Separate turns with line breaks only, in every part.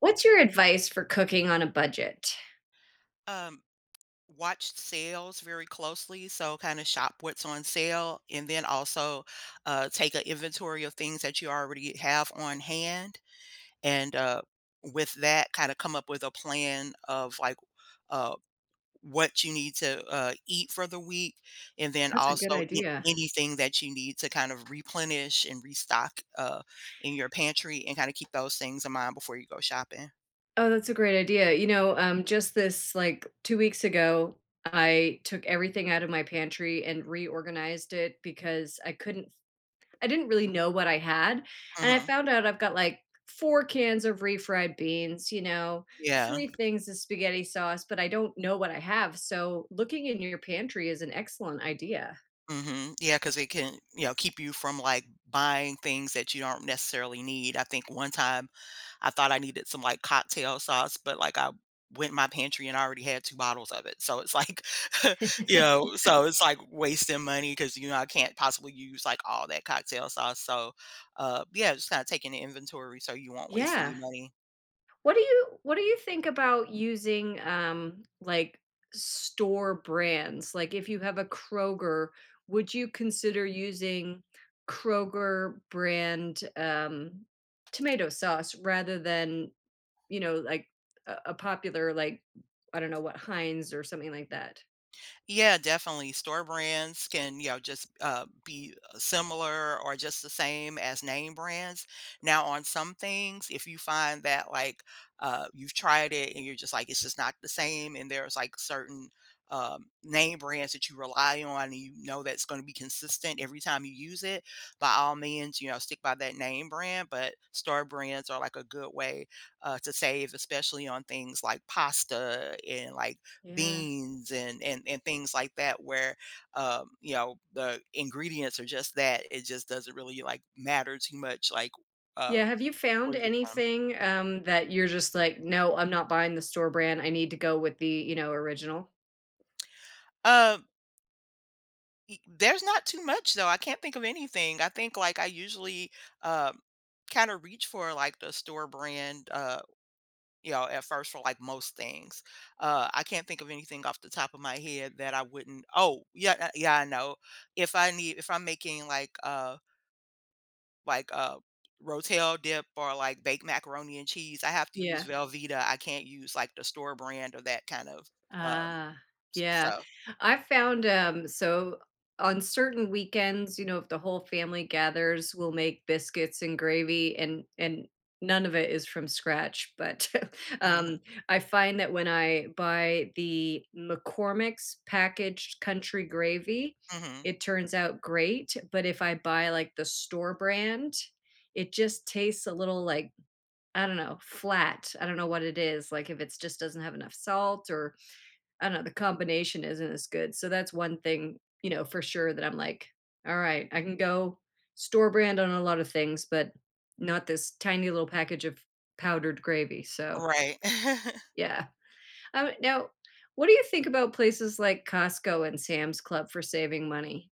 What's your advice for cooking on a budget?
um Watched sales very closely, so kind of shop what's on sale, and then also take an inventory of things that you already have on hand, and with that kind of come up with a plan of like uh, what you need to eat for the week, and then
That's a good
also
idea.
anything that you need to kind of replenish and restock, in your pantry, and kind of keep those things in mind before you go shopping
Oh, that's a great idea. Just this like 2 weeks ago, I took everything out of my pantry and reorganized it because I didn't really know what I had, and I
hmm
found out I've got, like, 4 cans of refried beans,
yeah
3 things of spaghetti sauce, but I don't know what I have, so looking in your pantry is an excellent idea.
Mhm, because it can, you know, keep you from, like, buying things that you don't necessarily need. I think one time I thought I needed some, like, cocktail sauce, but, like, I went in my pantry and I already had 2 bottles of it. So it's like, you know, so it's like wasting money, because I can't possibly use, like, all that cocktail sauce. So, yeah, just kinda taking the inventory so you won't waste any
Yeah.
money.
What do you think about using, like, store brands? Like, if you have a Kroger, would you consider using Kroger brand, tomato sauce rather than, you know, like, a popular, like, I don't know what, Heinz or something like that?
Yeah, definitely. Store brands can, just be similar or just the same as name brands. Now, on some things, if you find that like you've tried it and you're just like, it's just not the same, and there's like certain name brands that you rely on, and you know that's going to be consistent every time you use it, by all means, you know, stick by that name brand. But store brands are like a good way to save, especially on things like pasta, and like
Yeah.
beans and and things like that, where you know the ingredients are just that it just doesn't really like matter too much, like
Yeah,
um
have you found
where you get it from.
anything, that you're just like, "No, I'm not buying the store brand, I need to go with the, you know, original?"
um there's not too much, though. I can't think of anything. I think like I usually, um kind of reach for like the store brand, you know, at first, for like most things. I can't think of anything off the top of my head that I wouldn't. Oh yeah, yeah, I know, if I need, if I'm making like like uh Rotel dip or like baked macaroni and cheese, I have to use
Yeah.
Velveeta. I can't use like the store brand or that kind of um
Ah, yeah.
stuff.
I found, so on certain weekends, you know, if the whole family gathers, we'll make biscuits and gravy and none of it is from scratch, but um,
hmm
I find that when I buy the McCormick's packaged country gravy,
hmm
it turns out great, but if I buy like the store brand, it just tastes a little like I don't know, flat. I don't know what it is, like if it just doesn't have enough salt or I don't know, the combination isn't as good. So that's one thing, you know, for sure that I'm like, all right, I can go store brand on a lot of things, but not this tiny little package of powdered gravy. So
Right.
yeah. Now what do you think about places like Costco and Sam's Club for saving money?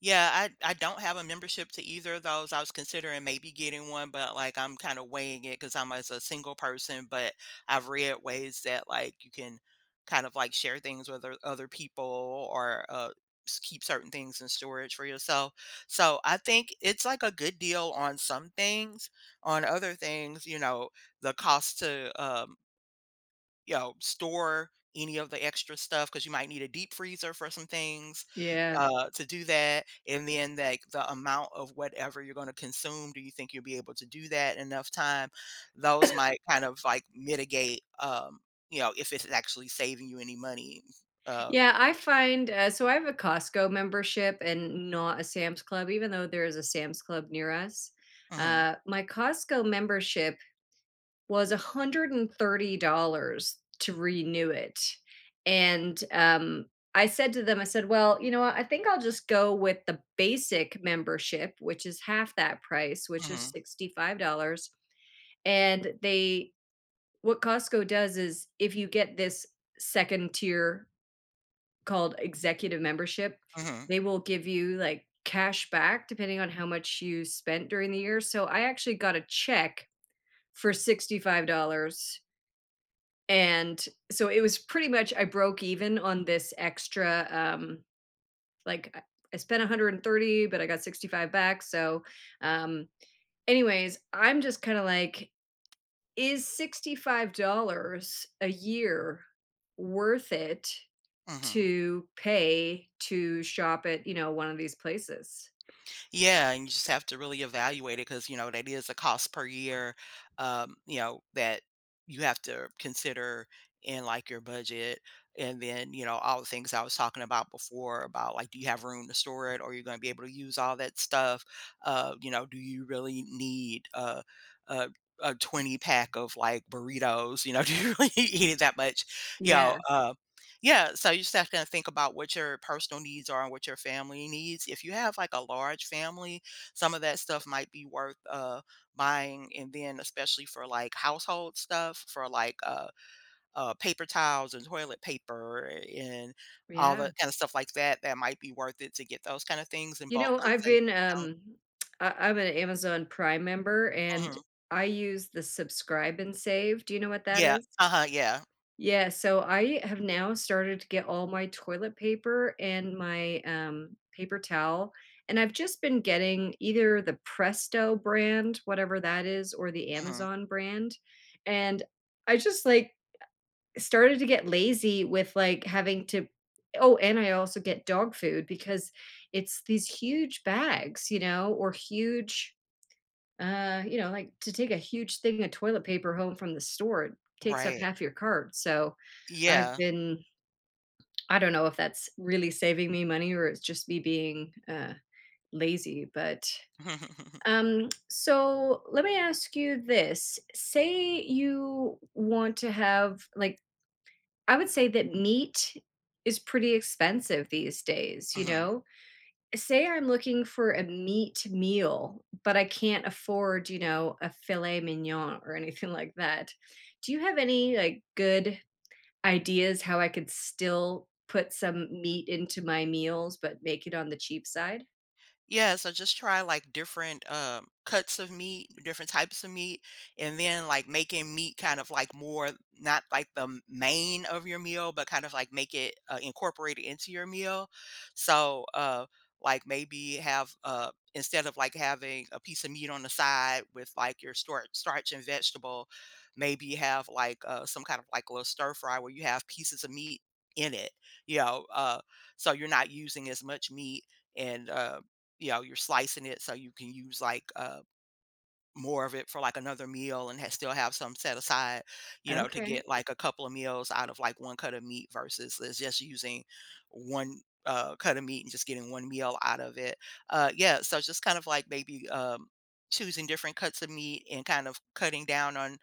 Yeah, I don't have a membership to either of those. I was considering maybe getting one, but like I'm kind of weighing it because I'm, as a single person, but I've read ways that like you can kind of like share things with other people, or keep certain things in storage for yourself. So I think it's like a good deal on some things. On other things, you know, the cost to you know, store any of the extra stuff, because you might need a deep freezer for some things,
Yeah.
to do that, and then, like, the amount of whatever you're gonna consume, do you think you'll be able to do that in enough time? Those might kind of, like, mitigate, you know, if it's actually saving you any money. Uh
Yeah, I find so I have a Costco membership and not a Sam's Club, even though there is a Sam's Club near us.
mhm,
My Costco membership was $130 to renew it, and, I said to them, I said, "Well, you know what, I think I'll just go with the basic membership, which is half that price, which is
mhm,
$65," and they what Costco does is if you get this 2nd tier called executive membership,
mhm,
they will give you, like, cash back depending on how much you spent during the year, so I actually got a check for $65 and so it was pretty much I broke even on this extra like I spent 130 but I got 65 back. So um anyways, I'm just kind of like is $65 a year worth it
mhm.
to pay to shop at, you know, one of these places?
Yeah, and you just have to really evaluate it, because, you know, that is a cost per year, you know, that you have to consider in like your budget. And then, you know, all the things I was talking about before, about like, do you have room to store it, or, you are going to be able to use all that stuff? You know, do you really need a, a, a 20 pack of like burritos? You know, do you really eat it that much? You know,
Yeah.
yeah, so you just have to think about what your personal needs are and what your family needs. If you have like a large family, some of that stuff might be worth buying, and then especially for like household stuff, for like paper towels and toilet paper and all
Yeah.
the kind of stuff like that, that might be worth it to get those kind of things in
You
bulk,
know,
because
I've
they
been
don't.
I'm an Amazon Prime member and
Mhm.
I use the subscribe and save. Do you know what that
Yeah,
is?
uh-huh, yeah.
Yeah, so I have now started to get all my toilet paper and my, paper towel, and I've just been getting either the Presto brand, whatever that is, or the
hmm
Amazon brand, and I just, like, started to get lazy with, like, having to oh, and I also get dog food because it's these huge bags, you know, or huge you know, like, to take a huge thing of toilet paper home from the store, it takes up
right.
half your cart, so I've
Yeah.
been I don't know if that's really saving me money or it's just me being, lazy, but, so let me ask you this, say you want to have like, I would say that meat is pretty expensive these days, you
hmm
know? Say I'm looking for a meat meal, but I can't afford, you know, a filet mignon or anything like that. Do you have any, like, good ideas how I could still put some meat into my meals, but make it on the cheap side?
Yeah, so just try like different cuts of meat, different types of meat, and then like making meat kind of like more not like the main of your meal, but kind of like make it incorporated into your meal. So like maybe have instead of like having a piece of meat on the side with like your starch and vegetable, maybe have like some kind of like little stir fry where you have pieces of meat in it, you know, so you're not using as much meat, and you know, you're slicing it so you can use like more of it for like another meal, and ha still have some set aside, you know, to
Okay.
get like a couple of meals out of like one cut of meat, versus it's just using one cut of meat and just getting one meal out of it. Yeah, so just kind of like maybe choosing different cuts of meat and kind of cutting down on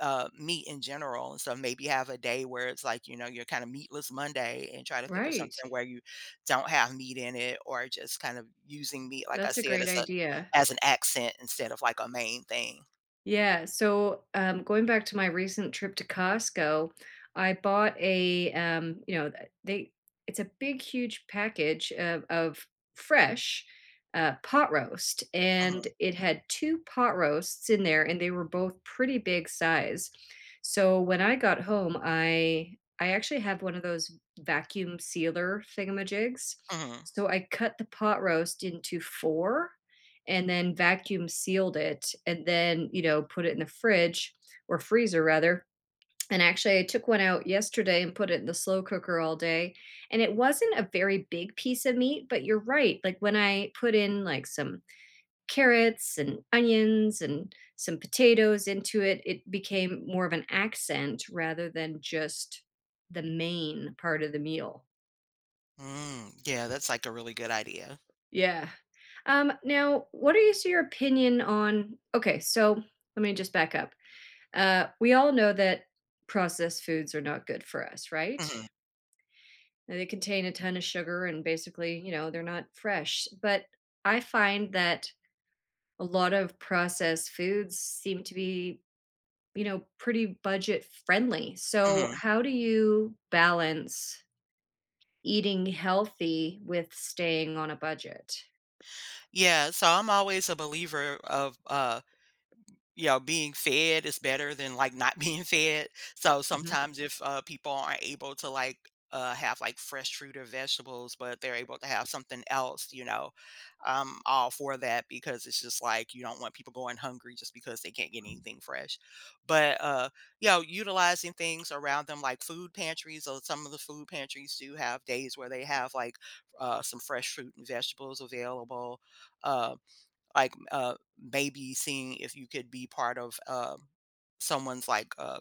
meat in general. And so maybe have a day where it's like, you know, you're kind of meatless Monday and try to think of
Right.
something where you don't have meat in it, or just kind of using meat, like I
That's a
said,
great
as a,
idea.
as an accent instead of like a main thing.
Yeah, so, going back to my recent trip to Costco, I bought a, you know, th they it's a big, huge package of fresh, pot roast,
Mhm,
and it had 2 pot roasts in there, and they were both pretty big size. So, when I got home, I actually have one of those vacuum sealer thingamajigs.
mhm.
So, I cut the pot roast into 4 and then vacuum sealed it and then, you know, put it in the fridge or freezer rather. And actually, I took one out yesterday and put it in the slow cooker all day. And it wasn't a very big piece of meat, but you're right. Like when I put in like some carrots and onions and some potatoes into it, it became more of an accent rather than just the main part of the meal.
Mm, yeah, that's like a really good idea.
Yeah. Now, what is your opinion on? Okay, so let me just back up. We all know that processed foods are not good for us, right?
Mhm,
They contain a ton of sugar and basically, you know, they're not fresh. But I find that a lot of processed foods seem to be, you know, pretty budget friendly. So,
mhm.
how do you balance eating healthy with staying on a budget?
Yeah, so I'm always a believer of you know, being fed is better than like not being fed. So
Mhm.
sometimes if people aren't able to like have like fresh fruit or vegetables, but they're able to have something else, you know, I'm all for that, because it's just like you don't want people going hungry just because they can't get anything fresh. But you know, utilizing things around them like food pantries, or some of the food pantries do have days where they have like some fresh fruit and vegetables available. Um, like uh Maybe seeing if you could be part of someone's like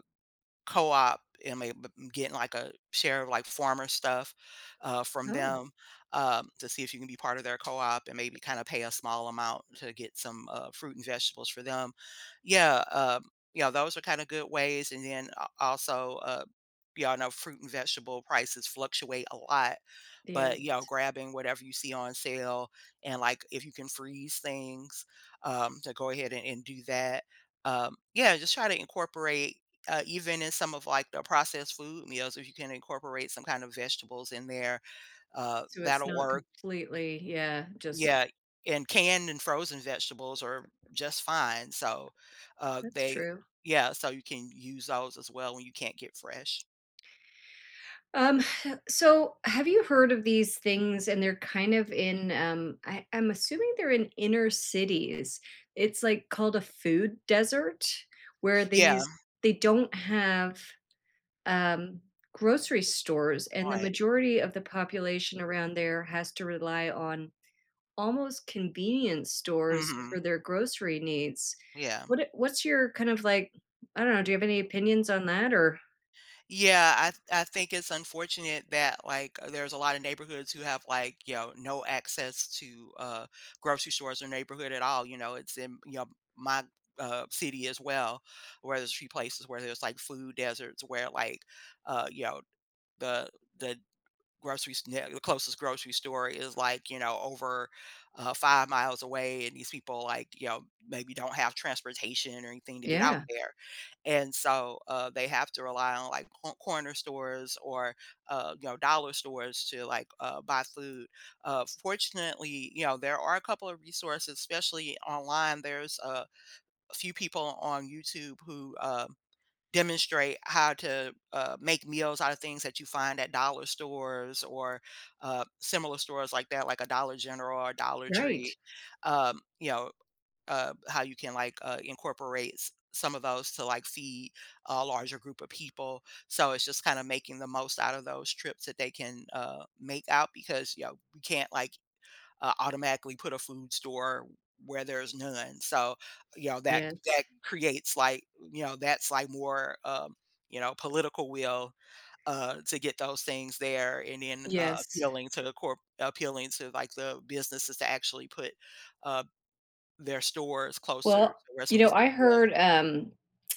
co-op, and maybe getting like a share of like farmer stuff from
Oh,
them, to see if you can be part of their co-op and maybe kind of pay a small amount to get some fruit and vegetables for them. yeah um you know, those are kind of good ways. And then also you all know fruit and vegetable prices fluctuate a lot, but you know,
yes.
grabbing whatever you see on sale, and like if you can freeze things, to go ahead and, do that. Yeah, just try to incorporate even in some of like the processed food meals, if you can incorporate some kind of vegetables in there,
So it's
that'll
not
work.
completely, yeah, just
Yeah, and canned and frozen vegetables are just fine. So uh,
that's
they,
true.
yeah, so you can use those as well when you can't get fresh.
Um, so have you heard of these things? And they're kind of in, I'm assuming they're in inner cities. It's like called a food desert where
Yeah,
these, they don't have um, grocery stores, and the
right.
majority of the population around there has to rely on almost convenience stores
hmm
for their grocery needs.
Yeah.
What's your kind of like, I don't know, do you have any opinions on that or?
Yeah, I think it's unfortunate that, like, there's a lot of neighborhoods who have, like, you know, no access to, grocery stores or neighborhood at all, you know, it's in, you know, my, city as well, where there's a few places where there's, like, food deserts, where, like, you know, the the grocery the closest grocery store is like you know over 5 miles away, and these people like you know maybe don't have transportation or anything to get out
Yeah,
there, and so they have to rely on like corner stores, or you know dollar stores, to like buy food. Fortunately you know there are a couple of resources, especially online. There's a few people on YouTube who demonstrate how to make meals out of things that you find at dollar stores, or similar stores like that, like a Dollar General or Dollar
right.
Tree. Um, you know, how you can like incorporate some of those to like feed a larger group of people. So it's just kind of making the most out of those trips that they can make out, because you know we can't like automatically put a food store where there's none. So, you know, that
Yes.
creates like, you know, that's like more you know, political will to get those things there, and then
Yes.
appealing to the corp appealing to like the businesses to actually put uh their stores closer
Well,
to where
you
somebody
know, I
lives.
heard,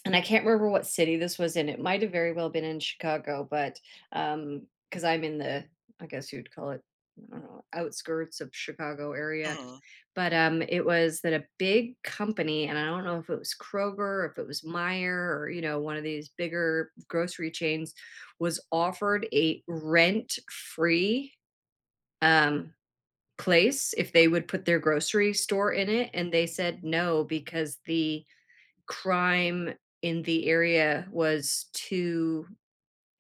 and I can't remember what city this was in. It might have very well been in Chicago, but because I'm in the, I guess you'd call it, I don't know, outskirts of Chicago area.
Mhm.
But it was that a big company, and I don't know if it was Kroger, if it was Meyer, or you know, one of these bigger grocery chains, was offered a rent-free um, place if they would put their grocery store in it, and they said no because the crime in the area was too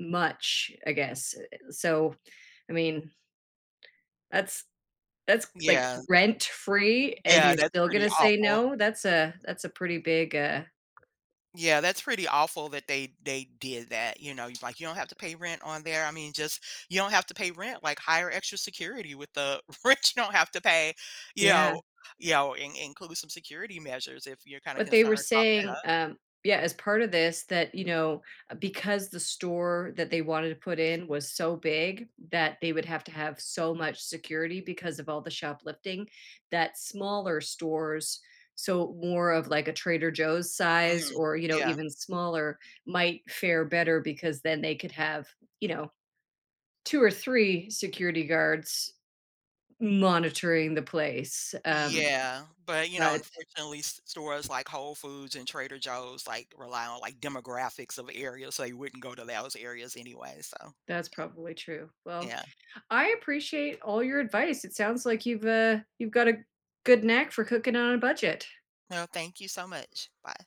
much, I guess. So, I mean, that's that's like
Yeah.
rent free and
Yeah,
you're
that's
still
pretty
gonna say
awful.
no? That's a pretty big,
Yeah, that's pretty awful that they did that. You know, you like you don't have to pay rent on there. I mean, just you don't have to pay rent. Like hire extra security with the rent you don't have to pay. You
yeah.
know, you know, include some security measures if you're kind of
But they were
concerned about
saying, yeah, as part of this that, you know, because the store that they wanted to put in was so big that they would have to have so much security because of all the shoplifting, that smaller stores, so more of like a Trader Joe's
that.
size
Mhm.
or, you know,
Yeah.
even smaller might fare better because then they could have, you know, 2 or 3 security guards monitoring the place,
Yeah, but you know,
but
unfortunately, stores like Whole Foods and Trader Joe's like rely on like demographics of areas, so you wouldn't go to those areas anyway. So,
that's probably true. Well,
yeah.
I appreciate all your advice. It sounds like you've got a good knack for cooking on a budget.
Well, thank you so much. Bye.